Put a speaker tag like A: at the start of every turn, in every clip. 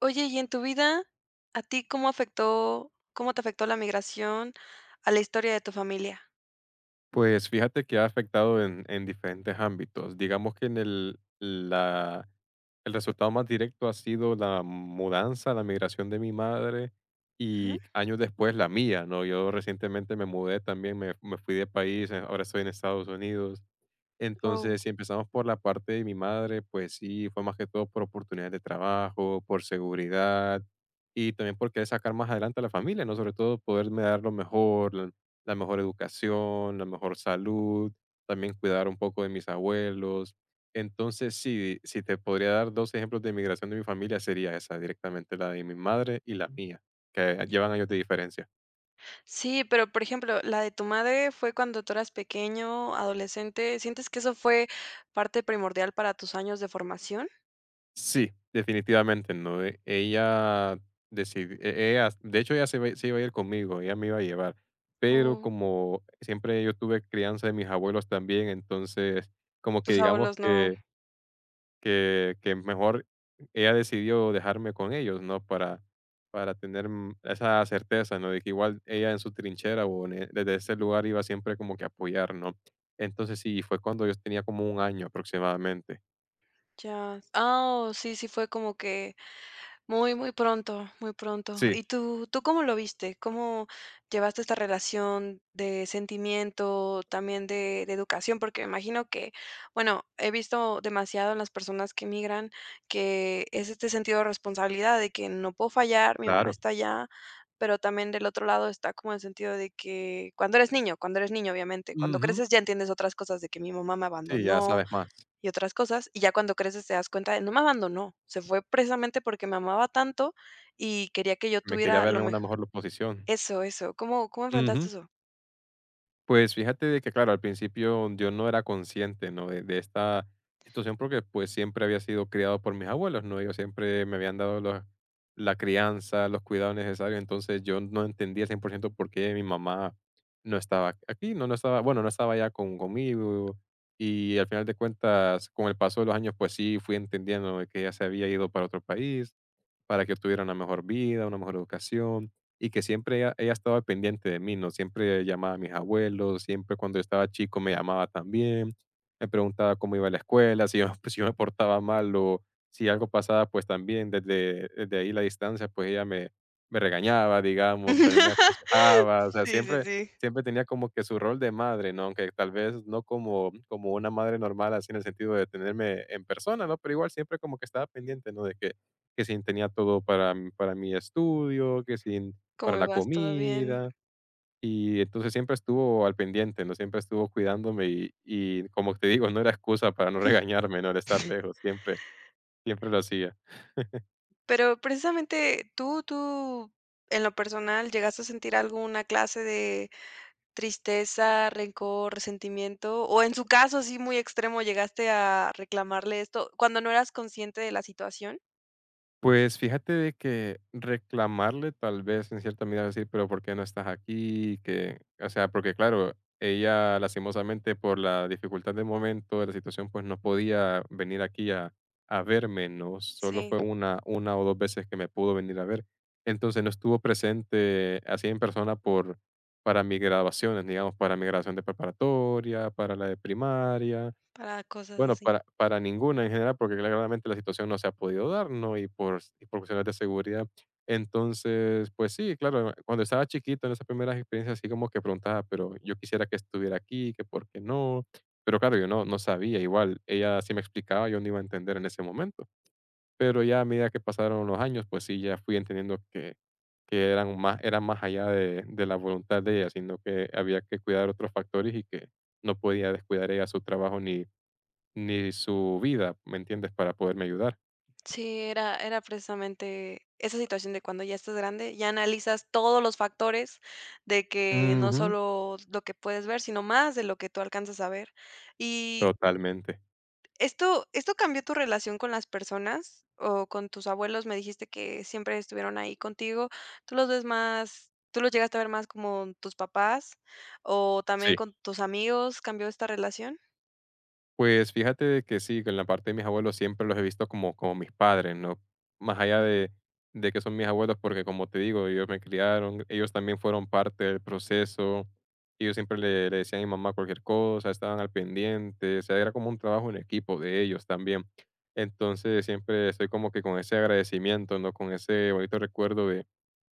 A: Oye, y en tu vida, ¿a ti cómo te afectó la migración a la historia de tu familia?
B: Pues fíjate que ha afectado en diferentes ámbitos. Digamos que en el resultado más directo ha sido la mudanza, la migración de mi madre
A: Ujú.
B: y años después la mía, ¿no? Yo recientemente me mudé también, me fui de país, ahora estoy en Estados Unidos.
A: Oh.
B: Entonces, si empezamos por la parte de mi madre, pues sí, fue más que todo por oportunidades de trabajo, por seguridad y también por querer sacar más adelante a la familia, ¿no? Sobre todo poderme dar lo mejor, la mejor educación, la mejor salud, también cuidar un poco de mis abuelos. Entonces, sí, si te podría dar dos ejemplos de migración de mi familia, sería esa directamente, la de mi madre y la mía, que llevan años de diferencia.
A: Sí, pero, por ejemplo, la de tu madre fue cuando tú eras pequeño, adolescente, ¿sientes que eso fue parte primordial para tus años de formación?
B: Sí, definitivamente, ¿no? Ella decidió, ella, de hecho, se iba a ir conmigo, ella me iba a llevar, pero
A: ¿O
B: como siempre yo tuve crianza de mis abuelos también, entonces, como que
A: tus
B: digamos
A: abuelos no?
B: que que mejor ella decidió dejarme con ellos, ¿no? Para tener esa certeza, ¿no? De que igual ella en su trinchera o en desde ese lugar iba siempre como que a apoyar, ¿no? Entonces sí, fue cuando yo tenía como un año aproximadamente.
A: Ya. Ah, oh, sí, sí fue como que muy, muy pronto, muy pronto.
B: Sí,
A: ¿Y tú cómo lo viste? ¿Cómo llevaste esta relación de sentimiento, también de educación? Porque me imagino que, bueno, he visto demasiado en las personas que migran que es este sentido de responsabilidad de que no puedo fallar, mi mamá
B: claro.
A: está allá, pero también del otro lado está como el sentido de que cuando eres niño, obviamente, cuando
B: Ujú.
A: creces ya entiendes otras cosas de que mi mamá me
B: Sí, ya
A: abandonó
B: sabes más.
A: y otras cosas, y ya cuando creces te das cuenta de, no me abandonó, se fue precisamente porque me amaba tanto y quería que yo
B: Me quería
A: tuviera lo
B: verme en una
A: mejor.
B: mejor posición.
A: Eso, eso. ¿Cómo, cómo
B: Ujú.
A: enfrentaste eso?
B: Pues fíjate de que, claro, al principio yo no era consciente, ¿no? De esta situación porque pues siempre había sido criado por mis abuelos, ¿no? Ellos siempre me habían dado la crianza, los cuidados necesarios, entonces yo no entendía 100 por ciento por qué mi mamá no estaba aquí, no estaba, bueno, no estaba ya conmigo y al final de cuentas, con el paso de los años, pues sí fui entendiendo de que ella se había ido para otro país, para que obtuviera una mejor vida, una mejor educación y que siempre ella estaba pendiente de mí, ¿no? Siempre llamaba a mis abuelos, siempre cuando yo estaba chico me llamaba también, me preguntaba cómo iba a la escuela, si yo, si yo me portaba mal o si algo pasaba, pues también desde ahí la distancia, pues me regañaba, digamos, también me aconsejaba, o sea,
A: Sí, sí,
B: siempre,
A: sí.
B: siempre tenía como que su rol de madre, ¿no? Aunque tal vez no como, como una madre normal, así en el sentido de tenerme en persona, ¿no? Pero igual siempre como que estaba pendiente, ¿no? De que si tenía todo para, para mi estudio, que si para
A: ¿Cómo
B: la
A: vas? ¿Todo bien?
B: comida, y entonces siempre estuvo al pendiente, ¿no? Siempre estuvo cuidándome y como te digo, no era excusa para no regañarme, ¿no? El estar lejos, siempre lo hacía.
A: Pero precisamente tú, en lo personal, ¿llegaste a sentir alguna clase de tristeza, rencor, resentimiento? O en su caso, así muy extremo, ¿llegaste a reclamarle esto cuando no eras consciente de la situación?
B: Pues fíjate de que reclamarle tal vez en cierta medida decir, pero ¿por qué no estás aquí? Que, o sea, porque claro, ella lastimosamente por la dificultad del momento, de la situación, pues no podía venir aquí a verme, ¿no? Solo
A: Sí,
B: fue una o dos veces que me pudo venir a ver. Entonces no estuvo presente así en persona por, para mis graduaciones, digamos, para mi graduación de preparatoria, para la de primaria
A: para cosas
B: bueno,
A: así.
B: para ninguna en general, porque claramente la situación no se ha podido dar, ¿no? Y por cuestiones de seguridad. Entonces, pues sí, claro, cuando estaba chiquito, en esas primeras experiencias, así como que preguntaba, pero yo quisiera que estuviera aquí, que por qué no. Pero claro, yo no sabía, igual ella sí me explicaba, yo no iba a entender en ese momento. Pero ya a medida que pasaron los años, pues sí, ya fui entendiendo que era más allá de la voluntad de ella, sino que había que cuidar otros factores y que no podía descuidar ella su trabajo ni su vida, ¿me entiendes? Para poderme ayudar.
A: Sí, era precisamente esa situación de cuando ya estás grande, ya analizas todos los factores de que no
B: Ujú.
A: solo lo que puedes ver, sino más de lo que tú alcanzas a ver. Y
B: Totalmente.
A: esto cambió tu relación con las personas o con tus abuelos, me dijiste que siempre estuvieron ahí contigo, ¿tú los ves más tú los llegaste a ver más como tus papás o también
B: Sí.
A: con tus amigos, cambió esta relación?
B: Pues fíjate de que sí, que en la parte de mis abuelos siempre los he visto como, como mis padres, ¿no? Más allá de que son mis abuelos, porque como te digo, ellos me criaron, ellos también fueron parte del proceso, ellos siempre le decían a mi mamá cualquier cosa, estaban al pendiente, o sea, era como un trabajo en equipo de ellos también. Entonces siempre estoy como que con ese agradecimiento, ¿no? Con ese bonito recuerdo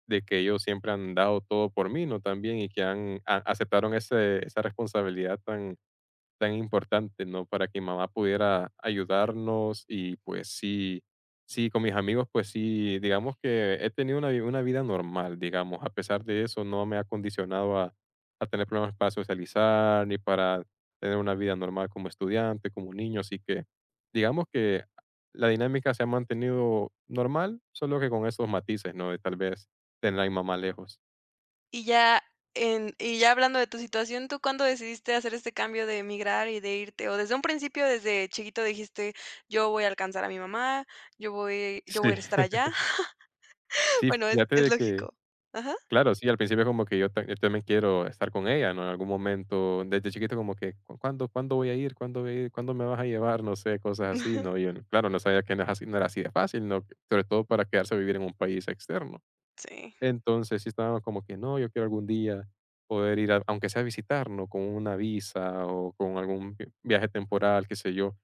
B: de que ellos siempre han dado todo por mí, ¿no? También, y que han a aceptaron ese esa responsabilidad tan importante, ¿no? Para que mamá pudiera ayudarnos y pues sí, sí, con mis amigos, pues sí, digamos que he tenido una vida normal, digamos, a pesar de eso no me ha condicionado a tener problemas para socializar ni para tener una vida normal como estudiante, como niño, así que digamos que la dinámica se ha mantenido normal, solo que con esos matices, ¿no? De tal vez tener a mi mamá lejos.
A: Y ya hablando de tu situación, ¿tú cuándo decidiste hacer este cambio de emigrar y de irte? ¿O desde un principio, desde chiquito dijiste: "Yo voy a alcanzar a mi mamá, yo voy
B: Sí,
A: a estar allá"?
B: sí,
A: Bueno, es
B: fíjate
A: es
B: de que
A: lógico. Ajá.
B: claro, sí, al principio como que yo también quiero estar con ella, ¿no? En algún momento, desde chiquito como que, ¿cu cuándo voy a ir? ¿Cuándo voy a ir? ¿Cuándo me vas a llevar? No sé, cosas así, ¿no? Y yo, claro, no sabía que no es así, no era así de fácil, ¿no? Sobre todo para quedarse a vivir en un país externo.
A: Sí.
B: Entonces, sí estábamos como que, no, yo quiero algún día poder ir a aunque sea a visitar, ¿no? Con una visa o con algún vi viaje temporal, qué sé yo.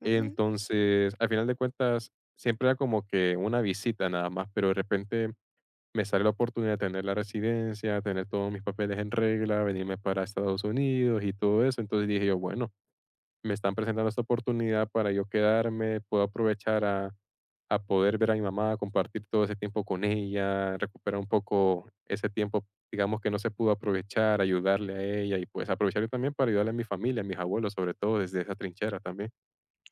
A: Ujú.
B: Entonces, al final de cuentas, siempre era como que una visita nada más, pero de repente me sale la oportunidad de tener la residencia, tener todos mis papeles en regla, venirme para Estados Unidos y todo eso. Entonces dije yo, bueno, me están presentando esta oportunidad para yo quedarme, puedo aprovechar a poder ver a mi mamá, compartir todo ese tiempo con ella, recuperar un poco ese tiempo, digamos que no se pudo aprovechar, ayudarle a ella y pues aprovechar yo también para ayudarle a mi familia, a mis abuelos, sobre todo desde esa trinchera también.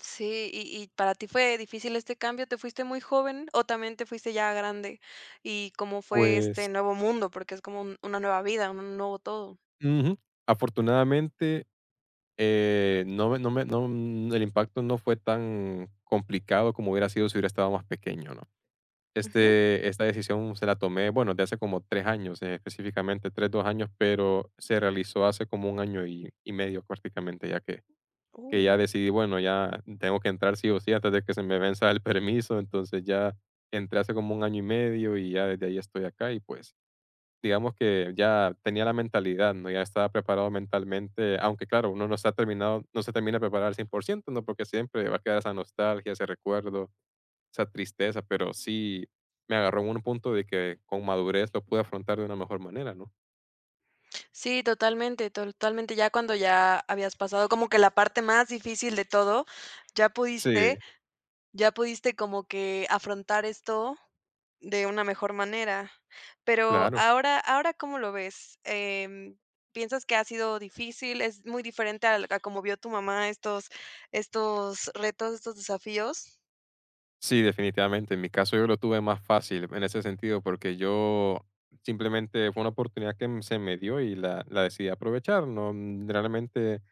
A: Sí, ¿y para ti fue difícil este cambio? ¿Te fuiste muy joven o también te fuiste ya grande? ¿Y cómo fue
B: Pues
A: este nuevo mundo? Porque es como un una nueva vida, un nuevo todo.
B: ujú, afortunadamente no me no me no, mm, el impacto no fue tan complicado como hubiera sido si hubiera estado más pequeño, ¿no?
A: Ujú.
B: Este, esta decisión se la tomé, bueno, de hace como 3 años, específicamente 3 2 años, pero se realizó hace como un año y medio prácticamente, ya que
A: Uh.
B: ya decidí, bueno, ya tengo que entrar sí o sí antes de que se me venza el permiso, entonces ya entré hace como un año y medio y ya desde ahí estoy acá y pues digamos que ya tenía la mentalidad, ¿no? Ya estaba preparado mentalmente, aunque claro, uno no se ha terminado, no se termina de preparar al cien por ciento, ¿no? Porque siempre va a quedar esa nostalgia, ese recuerdo, esa tristeza, pero sí me agarró en un punto de que con madurez lo pude afrontar de una mejor manera, ¿no?
A: Sí, totalmente, totalmente. Ya cuando ya habías pasado como que la parte más difícil de todo, ya
B: Sí,
A: pudiste, ya pudiste como que afrontar esto de una mejor manera. Pero
B: claro.
A: ahora, ahora ¿cómo lo ves? ¿Piensas que ha sido difícil? ¿Es muy diferente a como vio tu mamá estos, estos retos, estos desafíos?
B: Sí, definitivamente. En mi caso yo lo tuve más fácil en ese sentido porque yo simplemente fue una oportunidad que se me dio y la decidí aprovechar, ¿no? Realmente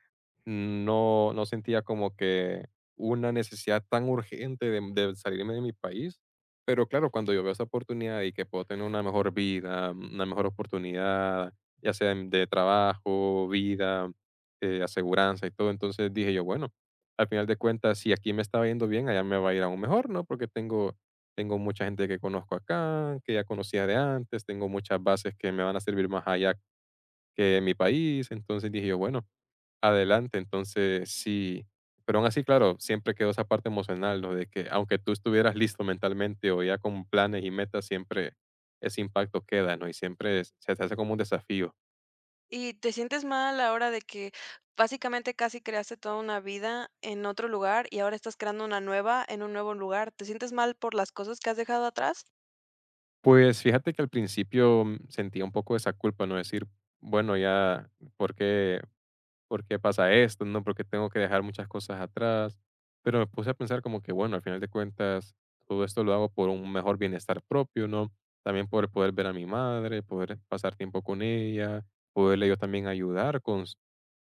B: No sentía como que una necesidad tan urgente de salirme de mi país, pero claro, cuando yo veo esa oportunidad y que puedo tener una mejor vida, una mejor oportunidad, ya sea de trabajo, vida, aseguranza y todo, entonces dije yo: "Bueno, al final de cuentas, si aquí me estaba yendo bien, allá me va a ir aún mejor", ¿no? Porque tengo mucha gente que conozco acá, que ya conocía de antes, tengo muchas bases que me van a servir más allá que en mi país, entonces dije yo: "Bueno, adelante, entonces sí". Pero aún así, claro, siempre quedó esa parte emocional, lo de que aunque tú estuvieras listo mentalmente o ya con planes y metas, siempre ese impacto queda, ¿no? Y siempre se te hace como un desafío.
A: Y te sientes mal a la hora de que básicamente casi creaste toda una vida en otro lugar y ahora estás creando una nueva en un nuevo lugar. ¿Te sientes mal por las cosas que has dejado atrás?
B: Pues fíjate que al principio sentía un poco esa culpa, ¿no? Decir, bueno, ya, porque ¿por qué pasa esto? ¿No? ¿Por qué tengo que dejar muchas cosas atrás? Pero me puse a pensar como que, bueno, al final de cuentas, todo esto lo hago por un mejor bienestar propio, ¿no? También por poder ver a mi madre, poder pasar tiempo con ella, poderle yo también ayudar con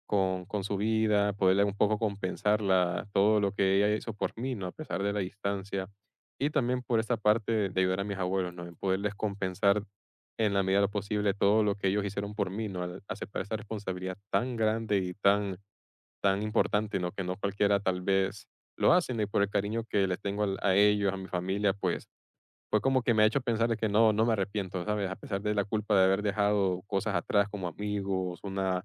B: con con su vida, poderle un poco compensarla todo lo que ella hizo por mí, ¿no? A pesar de la distancia. Y también por esta parte de ayudar a mis abuelos, ¿no? En poderles compensar en la medida de lo posible todo lo que ellos hicieron por mí, ¿no? Al aceptar esta responsabilidad tan grande y tan importante, ¿no? Que no cualquiera tal vez lo hace, ¿no? Y por el cariño que les tengo al a ellos, a mi familia, pues, fue como que me ha hecho pensar de que no, no me arrepiento, ¿sabes? A pesar de la culpa de haber dejado cosas atrás como amigos, una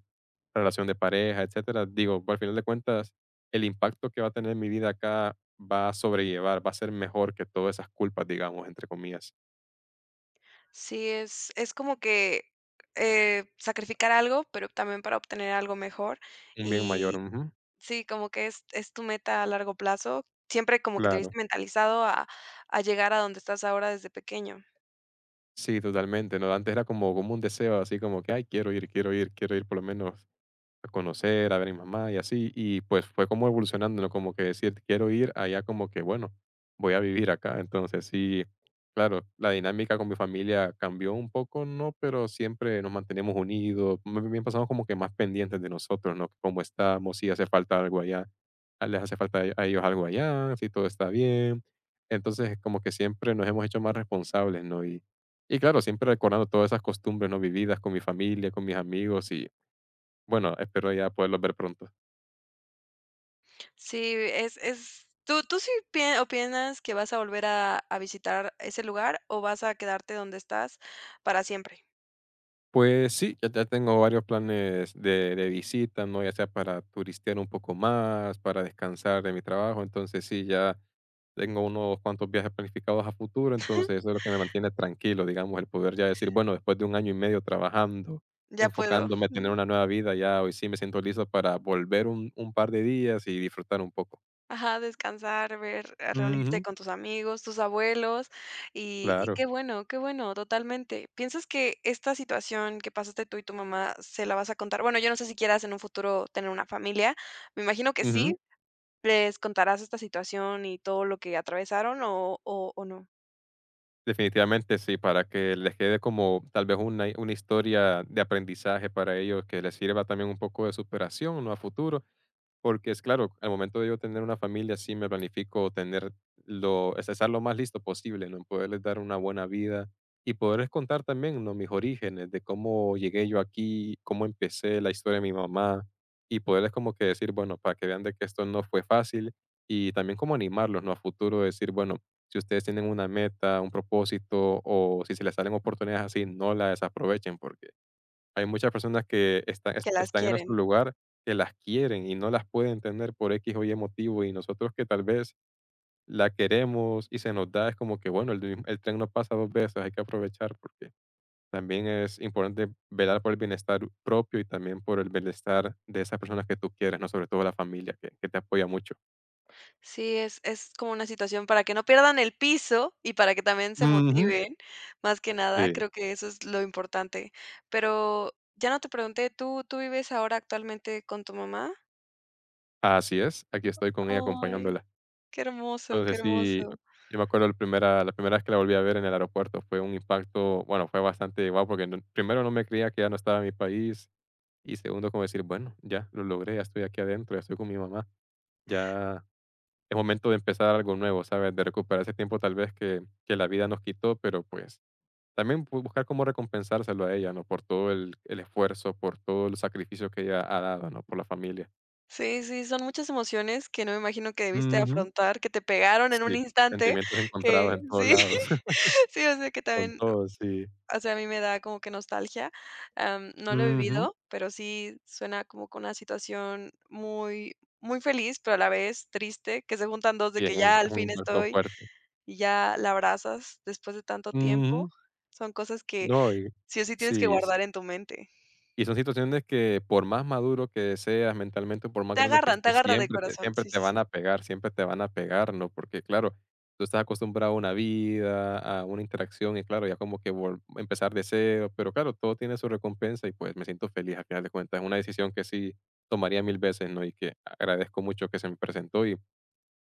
B: relación de pareja, etcétera, digo, al final de cuentas, el impacto que va a tener mi vida acá va a sobrellevar, va a ser mejor que todas esas culpas, digamos, entre comillas.
A: Sí, es como que sacrificar algo, pero también para obtener algo mejor.
B: Un bien mayor,
A: Y
B: ujú,
A: sí, como que es tu meta a largo plazo. Siempre como que te
B: claro.
A: viste mentalizado a llegar a donde estás ahora desde pequeño.
B: Sí, totalmente, ¿no? Antes era como un deseo, así como que: "Ay, quiero ir, quiero ir, quiero ir por lo menos a conocer, a ver a mi mamá y así", y pues fue como evolucionando, ¿no? Como que decir, quiero ir allá, como que, bueno, voy a vivir acá. Entonces, sí, claro, la dinámica con mi familia cambió un poco, ¿no? Pero siempre nos mantenemos unidos, más bien pasamos como que más pendientes de nosotros, ¿no? Cómo estamos, si hace falta algo allá, les hace falta a ellos algo allá, si todo está bien. Entonces, como que siempre nos hemos hecho más responsables, ¿no? Y claro, siempre recordando todas esas costumbres, ¿no? Vividas con mi familia, con mis amigos y bueno, espero ya poderlos ver pronto.
A: Sí, es ¿tú tú sí pie opinas que vas a volver a visitar ese lugar o vas a quedarte donde estás para siempre?
B: Pues sí, ya, ya tengo varios planes de visita, ¿no? Ya sea para turistear un poco más, para descansar de mi trabajo. Entonces sí, ya tengo unos cuantos viajes planificados a futuro. Entonces eso es lo que me mantiene tranquilo, digamos, el poder ya decir, bueno, después de un año y medio trabajando,
A: Ya puedo
B: enfocándome a tener
A: ujú,
B: una nueva vida, ya hoy sí me siento listo para volver un par de días y disfrutar un poco.
A: ajá, descansar, ver, reunirte
B: Ujú,
A: con tus amigos, tus abuelos, y
B: claro.
A: qué bueno, totalmente. ¿Piensas que esta situación que pasaste tú y tu mamá se la vas a contar? Bueno, yo no sé si quieras en un futuro tener una familia, me imagino que sí,
B: Ujú.
A: ¿les contarás esta situación y todo lo que atravesaron o no?
B: Definitivamente sí, para que les quede como tal vez una historia de aprendizaje para ellos, que les sirva también un poco de superación, ¿no? A futuro. Porque es claro, al momento de yo tener una familia, sí me planifico tener lo, es estar lo más listo posible, ¿no? En poderles dar una buena vida y poderles contar también, ¿no? Mis orígenes, de cómo llegué yo aquí, cómo empecé la historia de mi mamá y poderles como que decir, bueno, para que vean de que esto no fue fácil y también como animarlos, ¿no? A futuro decir, bueno, si ustedes tienen una meta, un propósito o si se les salen oportunidades así, no la desaprovechen porque hay muchas personas que están es
A: Que las
B: están en nuestro
A: quieren.
B: lugar, que las quieren y no las pueden tener por X o Y motivo, y nosotros que tal vez la queremos y se nos da, es como que, bueno, el mismo el tren no pasa 2 veces, hay que aprovechar, porque también es importante velar por el bienestar propio y también por el bienestar de esas personas que tú quieres, ¿no? Sobre todo la familia que te apoya mucho.
A: Sí, es como una situación para que no pierdan el piso y para que también se
B: Ujú.
A: motiven, más que nada,
B: Sí,
A: creo que eso es lo importante. Pero ya no te pregunté, ¿tú vives ahora actualmente con tu mamá?
B: así es, aquí estoy con ella
A: Ay,
B: acompañándola.
A: qué hermoso, qué
B: Entonces sí,
A: hermoso.
B: yo me acuerdo la primera vez que la volví a ver en el aeropuerto fue un impacto, bueno, fue bastante guau, porque no primero no me creía que ya no estaba en mi país, y segundo, como decir: "Bueno, ya lo logré, ya estoy aquí adentro, ya estoy con mi mamá, ya es momento de empezar algo nuevo", ¿sabes? De recuperar ese tiempo tal vez que la vida nos quitó, pero pues también bu buscar cómo recompensárselo a ella, ¿no? Por todo el esfuerzo, por todo el sacrificio que ella ha dado, ¿no? Por la familia.
A: Sí, sí, son muchas emociones que no me imagino que debiste
B: Ujú.
A: afrontar, que te pegaron en un
B: Sí,
A: instante,
B: sentimientos encontrados
A: que
B: en todos
A: sí,
B: lados,
A: sí, o sea, que
B: con
A: también
B: todo, sí.
A: o sea, a mí me da como que nostalgia. No lo he
B: Ujú.
A: vivido, pero sí suena como que una situación muy, muy feliz, pero a la vez triste, que se juntan dos de
B: Sí, es
A: que
B: un
A: ya al
B: es un
A: fin
B: impacto
A: estoy
B: fuerte.
A: y ya la abrazas después de tanto tiempo.
B: Ujú.
A: Son cosas que
B: No, y
A: sí o sí tienes que
B: sí, s
A: guardar en tu mente.
B: y son situaciones que por más maduro que seas mentalmente, por más
A: Te
B: grande que
A: agarran, te
B: estés,
A: agarra de
B: siempre te
A: corazón.
B: siempre
A: Sí,
B: te
A: sí,
B: van
A: sí.
B: a pegar, siempre te van a pegar, ¿no? Porque, claro, tú estás acostumbrado a una vida, a una interacción y, claro, ya como que vol empezar de cero, pero claro, todo tiene su recompensa y, pues, me siento feliz al final de cuentas. Es una decisión que sí tomaría 1000 veces, ¿no? Y que agradezco mucho que se me presentó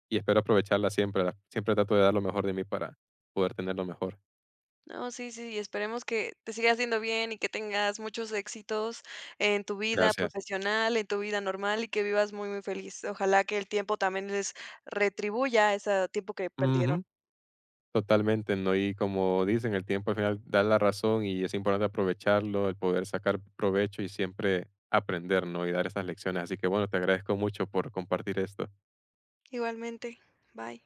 B: y espero aprovecharla siempre, la siempre trato de dar lo mejor de mí para poder tener lo mejor.
A: No, sí, sí, y esperemos que te sigas yendo bien y que tengas muchos éxitos en tu vida
B: Gracias.
A: profesional, en tu vida normal y que vivas muy, muy feliz. Ojalá que el tiempo también les retribuya ese tiempo que perdieron.
B: Ujú, totalmente, ¿no? Y como dicen, el tiempo al final da la razón y es importante aprovecharlo, el poder sacar provecho y siempre aprender, ¿no? Y dar esas lecciones. Así que bueno, te agradezco mucho por compartir esto.
A: Igualmente, bye.